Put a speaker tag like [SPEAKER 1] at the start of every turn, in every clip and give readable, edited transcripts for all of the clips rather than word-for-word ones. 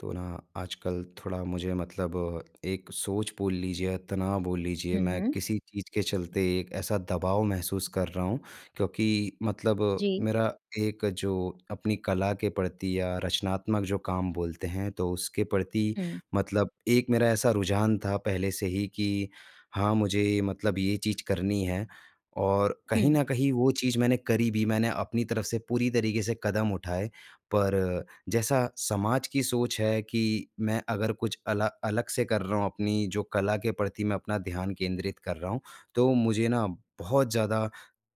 [SPEAKER 1] तो ना, आजकल थोड़ा मुझे, मतलब, एक सोच बोल लीजिए, तनाव बोल लीजिए,
[SPEAKER 2] हुँ,
[SPEAKER 1] मैं
[SPEAKER 2] हुँ।
[SPEAKER 1] किसी चीज़ के चलते एक ऐसा दबाव महसूस कर रहा हूँ। क्योंकि मतलब,
[SPEAKER 2] जी।
[SPEAKER 1] मेरा एक जो अपनी कला के प्रति या रचनात्मक जो काम बोलते हैं, तो उसके प्रति
[SPEAKER 2] हुँ,
[SPEAKER 1] मतलब एक मेरा ऐसा रुझान था पहले से ही कि हाँ, मुझे मतलब ये चीज़ करनी है। और
[SPEAKER 2] हुँ,
[SPEAKER 1] कहीं न कहीं वो चीज़ मैंने करी भी, मैंने अपनी तरफ से पूरी तरीके से कदम उठाए। पर जैसा समाज की सोच है कि मैं अगर कुछ अला अलग से कर रहा हूँ, अपनी जो कला के प्रति मैं अपना ध्यान केंद्रित कर रहा हूँ, तो मुझे ना बहुत ज़्यादा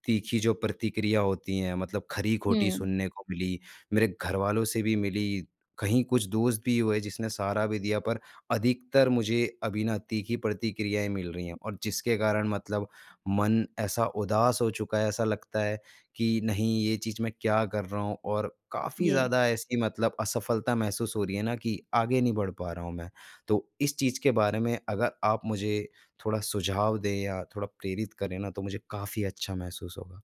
[SPEAKER 1] तीखी जो प्रतिक्रिया होती हैं, मतलब खरी-खोटी
[SPEAKER 2] हुँ।
[SPEAKER 1] सुनने को मिली, मेरे घरवालों से भी मिली, कहीं कुछ दोस्त भी हुए जिसने सहारा भी दिया, पर अधिकतर मुझे अभी ना तीखी प्रतिक्रियाएँ मिल रही हैं, और जिसके कारण मतलब मन ऐसा उदास हो चुका है, ऐसा लगता है कि नहीं, ये चीज़ मैं क्या कर रहा हूँ, और काफ़ी
[SPEAKER 2] जी,
[SPEAKER 1] ज़्यादा ऐसी मतलब असफलता महसूस हो रही है ना कि आगे नहीं बढ़ पा रहा हूँ मैं। तो इस चीज़ के बारे में अगर आप मुझे थोड़ा सुझाव दें या थोड़ा प्रेरित करें ना, तो मुझे काफ़ी अच्छा महसूस होगा।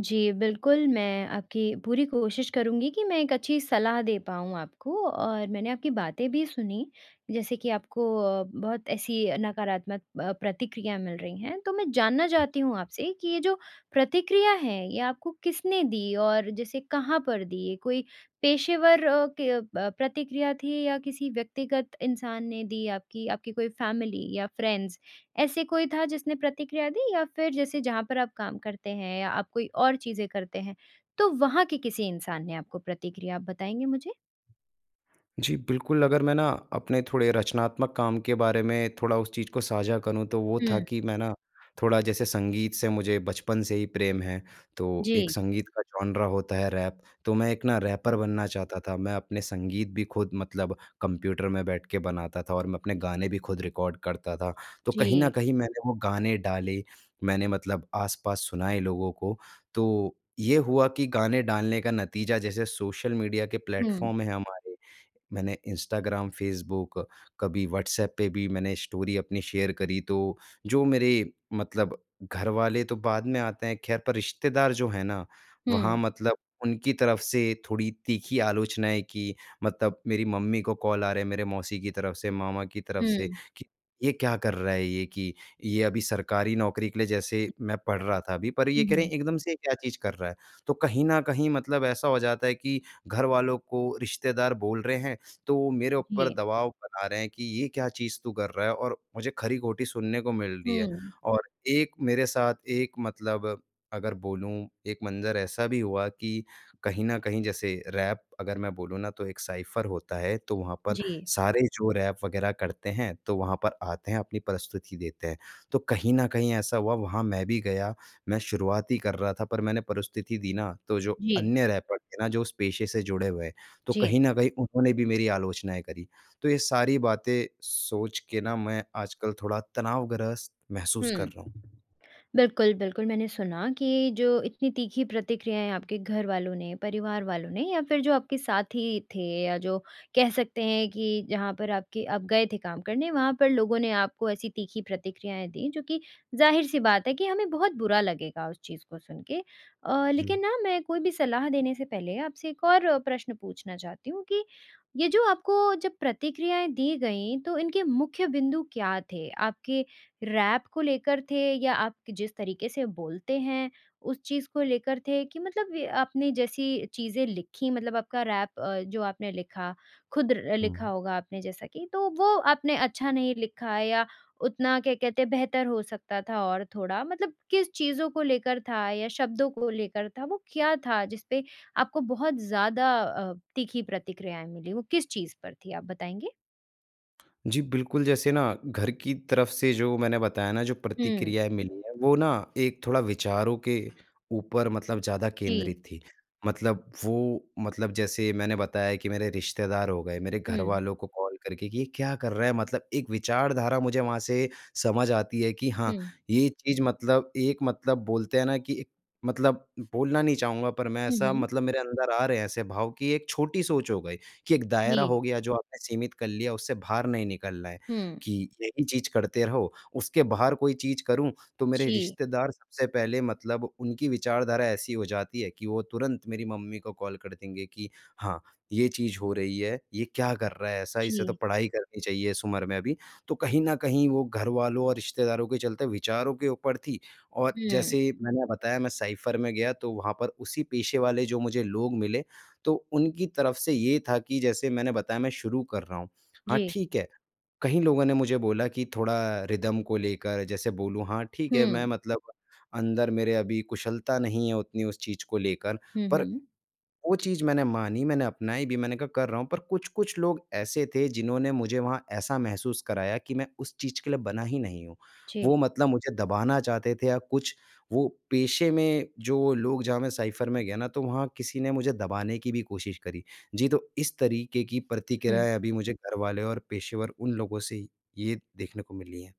[SPEAKER 2] जी, बिल्कुल मैं आपकी पूरी कोशिश करूँगी कि मैं एक अच्छी सलाह दे पाऊँ आपको। और मैंने आपकी बातें भी सुनी, जैसे कि आपको बहुत ऐसी नकारात्मक प्रतिक्रिया मिल रही हैं। तो मैं जानना चाहती हूँ आपसे कि ये जो प्रतिक्रिया है, ये आपको किसने दी और जैसे कहाँ पर दी? ये कोई पेशेवर के प्रतिक्रिया थी, या किसी व्यक्तिगत इंसान ने दी? आपकी आपकी कोई फैमिली या फ्रेंड्स? ऐसे कोई था जिसने प्रतिक्रिया दी, या फिर जैसे जहाँ पर आप काम करते हैं या आप कोई और चीज़ें करते हैं, तो वहाँ के किसी इंसान ने आपको प्रतिक्रिया? आप बताएँगे मुझे?
[SPEAKER 1] जी, बिल्कुल, अगर मैं ना अपने थोड़े रचनात्मक काम के बारे में थोड़ा उस चीज़ को साझा करूँ, तो वो था
[SPEAKER 2] हुँ।
[SPEAKER 1] कि मैं ना थोड़ा जैसे, संगीत से मुझे बचपन से ही प्रेम है। तो एक
[SPEAKER 2] जी।
[SPEAKER 1] संगीत का जॉनरा होता है रैप, तो मैं एक ना रैपर बनना चाहता था। मैं अपने संगीत भी खुद मतलब कंप्यूटर में बैठ के बनाता था, और मैं अपने गाने भी खुद रिकॉर्ड करता था। तो कहीं
[SPEAKER 2] जी।
[SPEAKER 1] न कहीं मैंने वो गाने डाले, मैंने मतलब आस-पास सुनाए लोगों को। तो ये हुआ कि गाने डालने का नतीजा, जैसे सोशल मीडिया के
[SPEAKER 2] हुँ,
[SPEAKER 1] प्लेटफ़ॉर्म हैं हमारे, मैंने इंस्टाग्राम, फ़ेसबुक, कभी व्हाट्सऐप पे भी मैंने स्टोरी अपनी शेयर करी, तो जो मेरे मतलब घरवाले तो बाद में आते हैं ख़ैर, पर रिश्तेदार जो हैं ना, वहाँ
[SPEAKER 2] हुँ,
[SPEAKER 1] मतलब उनकी तरफ से थोड़ी तीखी आलोचनाएँ की। मतलब मेरी मम्मी को कॉल आ रहे हैं मेरे मौसी की तरफ से, मामा की तरफ से,
[SPEAKER 2] हुँ,
[SPEAKER 1] कि ये क्या कर रहा है ये, कि ये अभी सरकारी नौकरी के लिए जैसे मैं पढ़ रहा था अभी, पर
[SPEAKER 2] हुँ,
[SPEAKER 1] ये कह रहे
[SPEAKER 2] हुँ।
[SPEAKER 1] हैं एकदम से ये क्या चीज़ कर रहा है। तो कहीं न कहीं मतलब ऐसा हो जाता है कि घर वालों को रिश्तेदार बोल रहे हैं, तो वो मेरे ऊपर
[SPEAKER 2] जी।
[SPEAKER 1] दबाव बना रहे हैं कि ये क्या चीज़ तू कर रहा है, और मुझे खरी-खोटी सुनने को मिल रही है।
[SPEAKER 2] हुँ।
[SPEAKER 1] और एक मेरे साथ एक मतलब अगर बोलूँ, एक मंज़र ऐसा भी हुआ कि कहीं न कहीं जैसे रैप, अगर मैं बोलूँ ना, तो एक साइफ़र होता है, तो वहाँ पर
[SPEAKER 2] जी,
[SPEAKER 1] सारे जो रैप वग़ैरह करते हैं, तो वहाँ पर आते हैं, अपनी प्रस्तुति देते हैं। तो कहीं न कहीं ऐसा हुआ, वहाँ मैं भी गया, मैं शुरुआत ही कर रहा था, पर मैंने परिस्थिति दी ना, तो जो
[SPEAKER 2] जी, जी।
[SPEAKER 1] अन्य रैपर थे ना, जो उस पेशे से जुड़े हुए हैं, तो
[SPEAKER 2] जी।
[SPEAKER 1] कहीं न कहीं उन्होंने भी मेरी आलोचनाएँ करी। तो ये सारी बातें सोच के ना मैं आजकल थोड़ा तनावग्रस्त महसूस कर
[SPEAKER 2] हुँ।
[SPEAKER 1] रहा हूँ।
[SPEAKER 2] बिल्कुल, बिल्कुल, मैंने सुना कि जो इतनी तीखी प्रतिक्रियाएँ आपके घर वालों ने, परिवार वालों ने, या फिर जो आपके साथी थे, या जो कह सकते हैं कि जहाँ पर आपके आप गए थे काम करने, वहाँ पर लोगों ने आपको ऐसी तीखी प्रतिक्रियाएँ दी, जो कि ज़ाहिर-सी बात है कि हमें बहुत बुरा लगेगा उस चीज़ को सुन के।
[SPEAKER 1] जी।
[SPEAKER 2] लेकिन ना मैं कोई भी सलाह देने से पहले आपसे एक और प्रश्न पूछना चाहती हूँ कि ये जो आपको जब प्रतिक्रियाएँ दी गईं, तो इनके मुख्य बिंदु क्या थे? आपके रैप को लेकर थे, या आप जिस तरीके से बोलते हैं, उस चीज़ को लेकर थे? कि मतलब ये आपने जैसी चीज़ें लिखी, मतलब आपका रैप, जो आपने लिखा, खुद र लिखा
[SPEAKER 1] हुँ।
[SPEAKER 2] होगा आपने जैसा कि, तो वो आपने अच्छा नहीं लिखा है, या उतना क्या कहते हैं बेहतर हो सकता था और थोड़ा, मतलब किस चीज़ों को लेकर था, या शब्दों को लेकर था? वो क्या था जिसपे आपको बहुत ज़्यादा तीखी प्रतिक्रियाएँ मिली? वो किस चीज़ पर थी, आप बताएँगे?
[SPEAKER 1] जी, बिल्कुल, जैसे ना घर की तरफ से जो मैंने बताया ना जो
[SPEAKER 2] हुँ।
[SPEAKER 1] प्रतिक्रियाएँ मिली हैं, वो ना एक थोड़ा विचारों के ऊपर मतलब ज़्यादा
[SPEAKER 2] जी।
[SPEAKER 1] केंद्रित थी। मतलब वो मतलब जैसे मैंने बताया कि मेरे रिश्तेदार हो गए, मेरे
[SPEAKER 2] हुँ।
[SPEAKER 1] घरवालों को कॉल करके कि ये क्या कर रहा है? मतलब एक विचारधारा मुझे वहाँ से समझ आती है कि
[SPEAKER 2] हुँ।
[SPEAKER 1] हाँ, ये चीज़ मतलब एक मतलब बोलते हैं ना कि एक मतलब बोलना नहीं चाहूँगा, पर मैं
[SPEAKER 2] हुँ,
[SPEAKER 1] ऐसा
[SPEAKER 2] हुँ।
[SPEAKER 1] मतलब मेरे अंदर आ रहे हैं ऐसे भाव कि एक छोटी सोच हो गई। कि एक
[SPEAKER 2] जी।
[SPEAKER 1] दायरा हो गया जो आपने सीमित कर लिया, उससे बाहर नहीं निकलना है,
[SPEAKER 2] हुँ,
[SPEAKER 1] कि यही चीज़ करते रहो। उसके बाहर कोई चीज़ करूँ तो मेरे
[SPEAKER 2] जी,
[SPEAKER 1] रिश्तेदार सबसे पहले मतलब उनकी विचारधारा ऐसी हो जाती है कि वो तुरंत मेरी मम्मी को कॉल कर देंगे कि हाँ, ये चीज़ हो रही है, ये क्या कर रहा है ऐसा? इसे तो
[SPEAKER 2] जी,
[SPEAKER 1] पढ़ाई करनी चाहिए इस उम्र में अभी। तो कहीं न कहीं वो घरवालों और रिश्तेदारों के चलते विचारों के ऊपर थी। और
[SPEAKER 2] हुँ,
[SPEAKER 1] जैसे मैंने बताया मैं साइफ़र में गया, तो वहाँ पर उसी पेशे वाले जो मुझे लोग मिले, तो उनकी तरफ से ये था कि जैसे मैंने बताया मैं शुरू कर रहा हूँ। हाँ,
[SPEAKER 2] जी,
[SPEAKER 1] ठीक है। कई लोगों ने मुझे बोला कि थोड़ा रिदम को लेकर जैसे बोलूँ, हाँ, ठीक है, मैं
[SPEAKER 2] हुँ,
[SPEAKER 1] मतलब अंदर मेरे अभी कुशलता नहीं है उतनी उस चीज़ को लेकर,
[SPEAKER 2] हुँ,
[SPEAKER 1] पर वो चीज़ मैंने मानी, मैंने अपनाई भी, मैंने कहा कर रहा हूँ, पर कुछ-कुछ लोग ऐसे थे जिन्होंने मुझे वहाँ ऐसा महसूस कराया कि मैं उस चीज़ के लिए बना ही नहीं हूँ।
[SPEAKER 2] जी,
[SPEAKER 1] वो मतलब मुझे दबाना चाहते थे या कुछ, वो पेशे में जो लोग, जहाँ मैं साइफ़र में गया ना, तो वहाँ किसी ने मुझे दबाने की भी कोशिश करी। जी, तो इस तरीके की
[SPEAKER 2] हुँ।
[SPEAKER 1] प्रतिक्रियाएँ अभी मुझे घरवाले और पेशेवर उन लोगों से ये देखने को मिली हैं।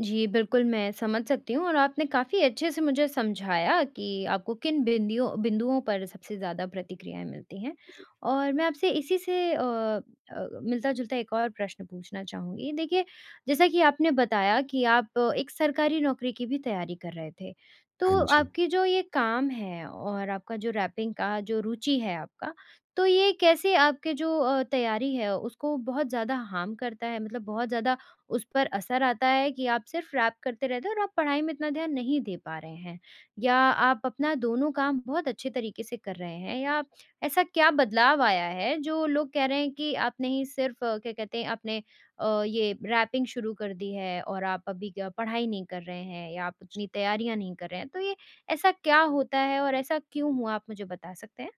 [SPEAKER 2] जी, बिल्कुल, मैं समझ सकती हूँ, और आपने काफ़ी अच्छे से मुझे समझाया कि आपको किन बिंदियों बिंदुओं पर सबसे ज़्यादा प्रतिक्रियाएँ मिलती हैं।
[SPEAKER 1] जी।
[SPEAKER 2] और मैं आपसे इसी से मिलता-जुलता एक और प्रश्न पूछना चाहूँगी। देखिए, जैसा कि आपने बताया कि आप एक सरकारी नौकरी की भी तैयारी कर रहे थे, तो
[SPEAKER 1] हाँ जी।
[SPEAKER 2] आपकी जो ये काम है, और आपका जो रैपिंग का जो रुचि है आपका, तो ये कैसे आपके जो तैयारी है उसको बहुत ज़्यादा हार्म करता है? मतलब बहुत ज़्यादा उस पर असर आता है कि आप सिर्फ रैप करते रहते हो और आप पढ़ाई में इतना ध्यान नहीं दे पा रहे हैं, या आप अपना दोनों काम बहुत अच्छे तरीके से कर रहे हैं, या ऐसा क्या बदलाव आया है जो लोग कह रहे हैं कि आपने ही सिर्फ क्या कहते हैं आपने ये रैपिंग शुरू कर दी है और आप अभी क्या पढ़ाई नहीं कर रहे हैं, या आप उतनी तैयारियां नहीं कर रहे हैं? तो ये ऐसा क्या होता है और ऐसा क्यों हुआ, आप मुझे बता सकते हैं?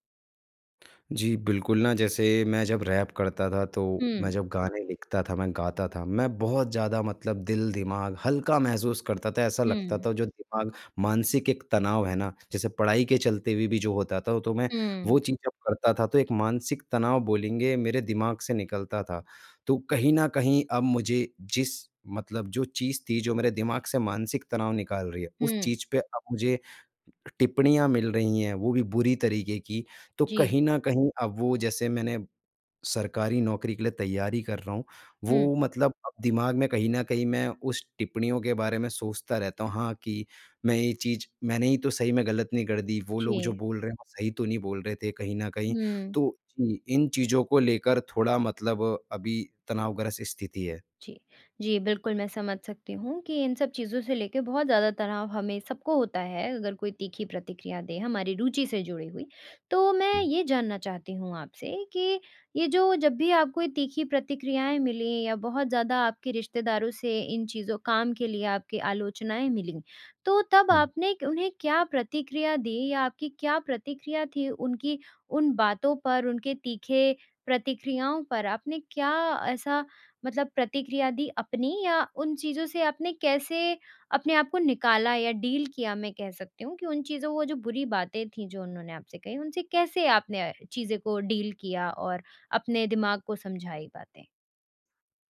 [SPEAKER 1] जी, बिल्कुल ना जैसे मैं जब रैप करता था तो मैं
[SPEAKER 2] हुँ,
[SPEAKER 1] जब गाने लिखता था, मैं गाता था, मैं बहुत ज़्यादा मतलब दिल-दिमाग हल्का महसूस करता था। ऐसा लगता
[SPEAKER 2] हुँ,
[SPEAKER 1] था जो दिमाग, मानसिक एक तनाव है ना, जैसे पढ़ाई के चलते हुए भी जो होता था, तो मैं
[SPEAKER 2] हुँ,
[SPEAKER 1] वो चीज़ जब करता था तो एक मानसिक तनाव बोलेंगे मेरे दिमाग से निकलता था। तो कहीं न कहीं अब मुझे जिस मतलब जो चीज़ थी जो मेरे दिमाग से मानसिक तनाव निकाल रही है, उस
[SPEAKER 2] हुँ,
[SPEAKER 1] चीज़ पे अब मुझे टिप्पणियाँ मिल रही हैं, वो भी बुरी तरीके की, तो
[SPEAKER 2] जी,
[SPEAKER 1] कहीं न कहीं अब वो जैसे मैंने सरकारी नौकरी के लिए तैयारी कर रहा हूँ,
[SPEAKER 2] हुँ,
[SPEAKER 1] वो मतलब अब दिमाग में कहीं न कहीं मैं उस टिप्पणियों के बारे में सोचता रहता हूँ, हाँ, कि मैं ये चीज़ मैंने ही तो सही में गलत नहीं कर दी, वो लोग जो
[SPEAKER 2] जी,
[SPEAKER 1] बोल रहे हैं, वो सही तो नहीं बोल रहे थे कहीं न कहीं।
[SPEAKER 2] हुँ।
[SPEAKER 1] तो जी, इन चीज़ों को लेकर थोड़ा मतलब अभी तनावग्रस्त स्थिति है।
[SPEAKER 2] जी। जी, बिल्कुल मैं समझ सकती हूँ कि इन सब चीज़ों से लेके बहुत ज़्यादा तनाव हमें सबको होता है, अगर कोई तीखी प्रतिक्रिया दे हमारी रुचि से जुड़ी हुई। तो मैं
[SPEAKER 1] हुँ,
[SPEAKER 2] ये जानना चाहती हूँ आपसे कि ये जो जब भी आपको ये तीखी प्रतिक्रियाएँ मिली, या बहुत ज़्यादा आपके रिश्तेदारों से इन चीज़ों काम के लिए आपकी आलोचनाएँ मिलीं, तो तब
[SPEAKER 1] हुँ।
[SPEAKER 2] आपने क उन्हें क्या प्रतिक्रिया दी? या आपकी क्या प्रतिक्रिया थी उनकी उन बातों पर, उनके तीखे प्रतिक्रियाओं पर? आपने क्या ऐसा मतलब प्रतिक्रिया दी अपनी, या उन चीज़ों से आपने कैसे अपने आप को निकाला या डील किया, मैं कह सकती हूँ कि उन चीज़ों, वो जो बुरी बातें थी जो उन्होंने आपसे कही, उनसे कैसे आपने चीज़ें को डील किया और अपने दिमाग को समझाई बातें?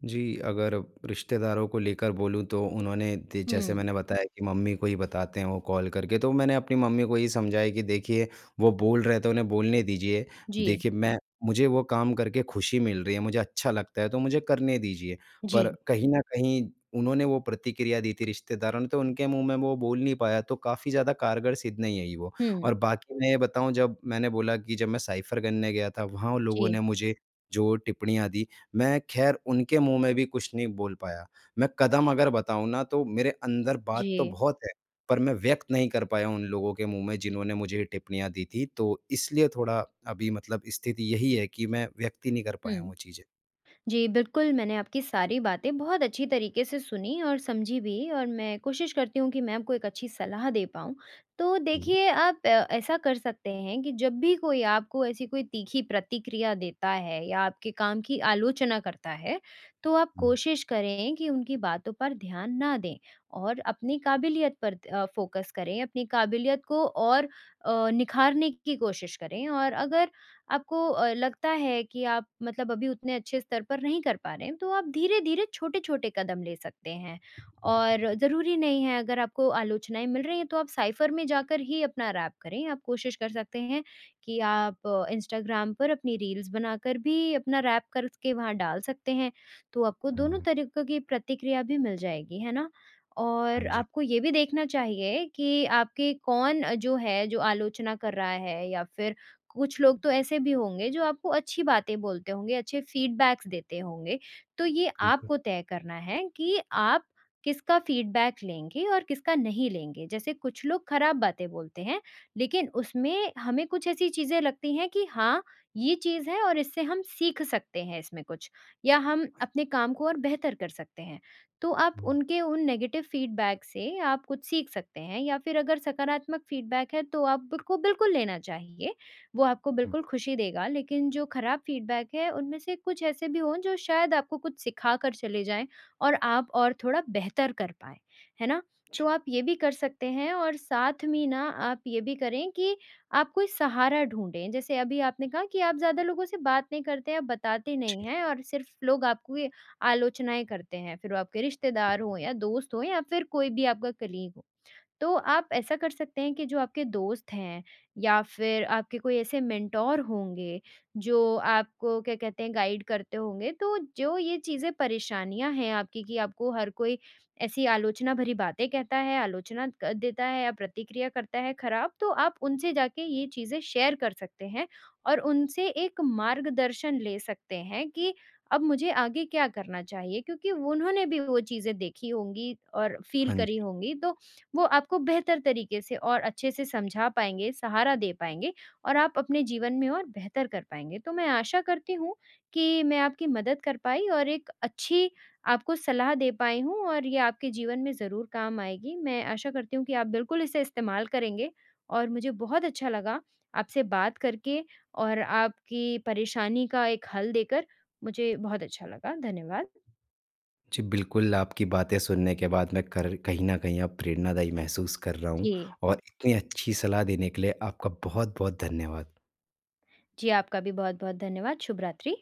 [SPEAKER 1] जी, अगर रिश्तेदारों को लेकर बोलूँ तो उन्होंने दे जैसे
[SPEAKER 2] हुँ,
[SPEAKER 1] मैंने बताया कि मम्मी को ही बताते हैं वो कॉल करके, तो मैंने अपनी मम्मी को यही समझाया कि देखिए, वो बोल रहे हैं तो उन्हें बोलने दीजिए।
[SPEAKER 2] जी,
[SPEAKER 1] देखिए मैं, मुझे वो काम करके खुशी मिल रही है, मुझे अच्छा लगता है तो मुझे करने दीजिए। पर
[SPEAKER 2] जी,
[SPEAKER 1] कहीं न कहीं उन्होंने वो प्रतिक्रिया दी थी रिश्तेदारों ने, तो उनके मुँह में वो बोल नहीं पाया, तो काफ़ी ज़्यादा कारगर सिद्ध नहीं आई वो।
[SPEAKER 2] हुँ,
[SPEAKER 1] और बाकी मैं ये बताऊँ, जब मैंने बोला कि जब मैं साइफ़र करने गया था वहाँ उन लोगों
[SPEAKER 2] जी,
[SPEAKER 1] ने मुझे जो टिप्पणियाँ दी, मैं ख़ैर उनके मुँह में भी कुछ नहीं बोल पाया। मैं कदम अगर बताऊँ ना, तो मेरे अंदर बात तो
[SPEAKER 2] जी,
[SPEAKER 1] बहुत है, पर मैं व्यक्त नहीं कर पाया उन लोगों के मुँह में जिन्होंने मुझे टिप्पणियाँ दी थी। तो इसलिए थोड़ा अभी मतलब स्थिति यही है कि मैं व्यक्त ही नहीं कर
[SPEAKER 2] हुँ।
[SPEAKER 1] पाया हूँ वो चीज़ें।
[SPEAKER 2] जी, बिल्कुल, मैंने आपकी सारी बातें बहुत अच्छी तरीके से सुनी और समझी भी, और मैं कोशिश करती हूँ कि मैं आपको एक अच्छी सलाह दे पाऊँ। तो
[SPEAKER 1] जी।
[SPEAKER 2] देखिए, आप ऐसा कर सकते हैं कि जब भी कोई आपको ऐसी कोई तीखी प्रतिक्रिया देता है, या आपके काम की आलोचना करता है, तो आप
[SPEAKER 1] हुँ,
[SPEAKER 2] कोशिश करें कि उनकी बातों पर ध्यान ना दें, और अपनी काबिलियत पर फ़ोकस करें, अपनी काबिलियत को और निखारने की कोशिश करें। और अगर आपको लगता है कि आप मतलब अभी उतने अच्छे स्तर पर नहीं कर पा रहे हैं, तो आप धीरे-धीरे छोटे-छोटे कदम ले सकते हैं। और ज़रूरी नहीं है अगर आपको आलोचनाएँ मिल रही हैं तो आप साइफ़र में जाकर ही अपना रैप करें। आप कोशिश कर सकते हैं कि आप इंस्टाग्राम पर अपनी रील्स बनाकर भी अपना रैप करके वहाँ डाल सकते हैं। तो आपको दोनों
[SPEAKER 1] हुँ।
[SPEAKER 2] तरीकों की प्रतिक्रिया भी मिल जाएगी, है ना? और
[SPEAKER 1] हाँ जी।
[SPEAKER 2] आपको ये भी देखना चाहिए कि आपके कौन जो है जो आलोचना कर रहा है, या फिर कुछ लोग तो ऐसे भी होंगे जो आपको अच्छी बातें बोलते होंगे, अच्छे फीडबैक्स देते होंगे। तो ये
[SPEAKER 1] बिल्कुल।
[SPEAKER 2] आपको तय करना है कि आप किसका फीडबैक लेंगे और किसका नहीं लेंगे। जैसे कुछ लोग खराब बातें बोलते हैं, लेकिन उसमें हमें कुछ ऐसी चीज़ें लगती हैं कि हाँ, ये चीज़ है और इससे हम सीख सकते हैं इसमें कुछ, या हम अपने काम को और बेहतर कर सकते हैं। तो आप
[SPEAKER 1] हुँ,
[SPEAKER 2] उनके उन नेगेटिव फीडबैक से आप कुछ सीख सकते हैं, या फिर अगर सकारात्मक फीडबैक है तो आप बिल्कुल बिल्कुल लेना चाहिए। वो आपको
[SPEAKER 1] हुँ।
[SPEAKER 2] बिल्कुल खुशी देगा। लेकिन जो खराब फीडबैक है, उनमें से कुछ ऐसे भी हों जो शायद आपको कुछ सिखा कर चले जाएँ, और आप और थोड़ा बेहतर कर पाएँ, है ना? तो
[SPEAKER 1] जी,
[SPEAKER 2] आप ये भी कर सकते हैं, और साथ में ही ना आप ये भी करें कि आप कोई सहारा ढूँढें। जैसे अभी आपने कहा कि आप ज़्यादा लोगों से बात नहीं करते, आप बताते
[SPEAKER 1] जी।
[SPEAKER 2] नहीं हैं और सिर्फ़ लोग आपको ये आलोचनाएँ करते हैं, फिर वो आपके रिश्तेदार हों या दोस्त हों या फिर कोई भी आपका कलीग हो। तो आप ऐसा कर सकते हैं कि जो आपके दोस्त हैं, या फिर आपके कोई ऐसे मेंटोर होंगे जो आपको क्या कहते हैं गाइड करते होंगे, तो जो ये चीज़ें परेशानियां हैं आपकी कि आपको हर कोई ऐसी आलोचना भरी बातें कहता है, आलोचना देता है या प्रतिक्रिया करता है खराब, तो आप उनसे जाके ये चीज़ें शेयर कर सकते हैं और उनसे एक मार्गदर्शन ले सकते हैं कि अब मुझे आगे क्या करना चाहिए, क्योंकि उन्होंने भी वो चीज़ें देखी होंगी और फील
[SPEAKER 1] हाँ
[SPEAKER 2] करी
[SPEAKER 1] जी।
[SPEAKER 2] होंगी, तो वो आपको बेहतर तरीके से और अच्छे से समझा पाएँगे, सहारा दे पाएँगे और आप अपने जीवन में और बेहतर कर पाएँगे। तो मैं आशा करती हूँ कि मैं आपकी मदद कर पाई और एक अच्छी आपको सलाह दे पाई हूँ, और ये आपके जीवन में ज़रूर काम आएगी। मैं आशा करती हूँ कि आप बिल्कुल इसे इस्तेमाल करेंगे, और मुझे बहुत अच्छा लगा आपसे बात करके और आपकी परेशानी का एक हल देकर मुझे बहुत अच्छा लगा। धन्यवाद।
[SPEAKER 1] जी, बिल्कुल आपकी बातें सुनने के बाद मैं कर कहीं न कहीं अब प्रेरणादायी महसूस कर रहा हूँ,
[SPEAKER 2] जी।
[SPEAKER 1] और इतनी अच्छी सलाह देने के लिए आपका बहुत-बहुत धन्यवाद।
[SPEAKER 2] जी, आपका भी बहुत-बहुत धन्यवाद। शुभ रात्रि।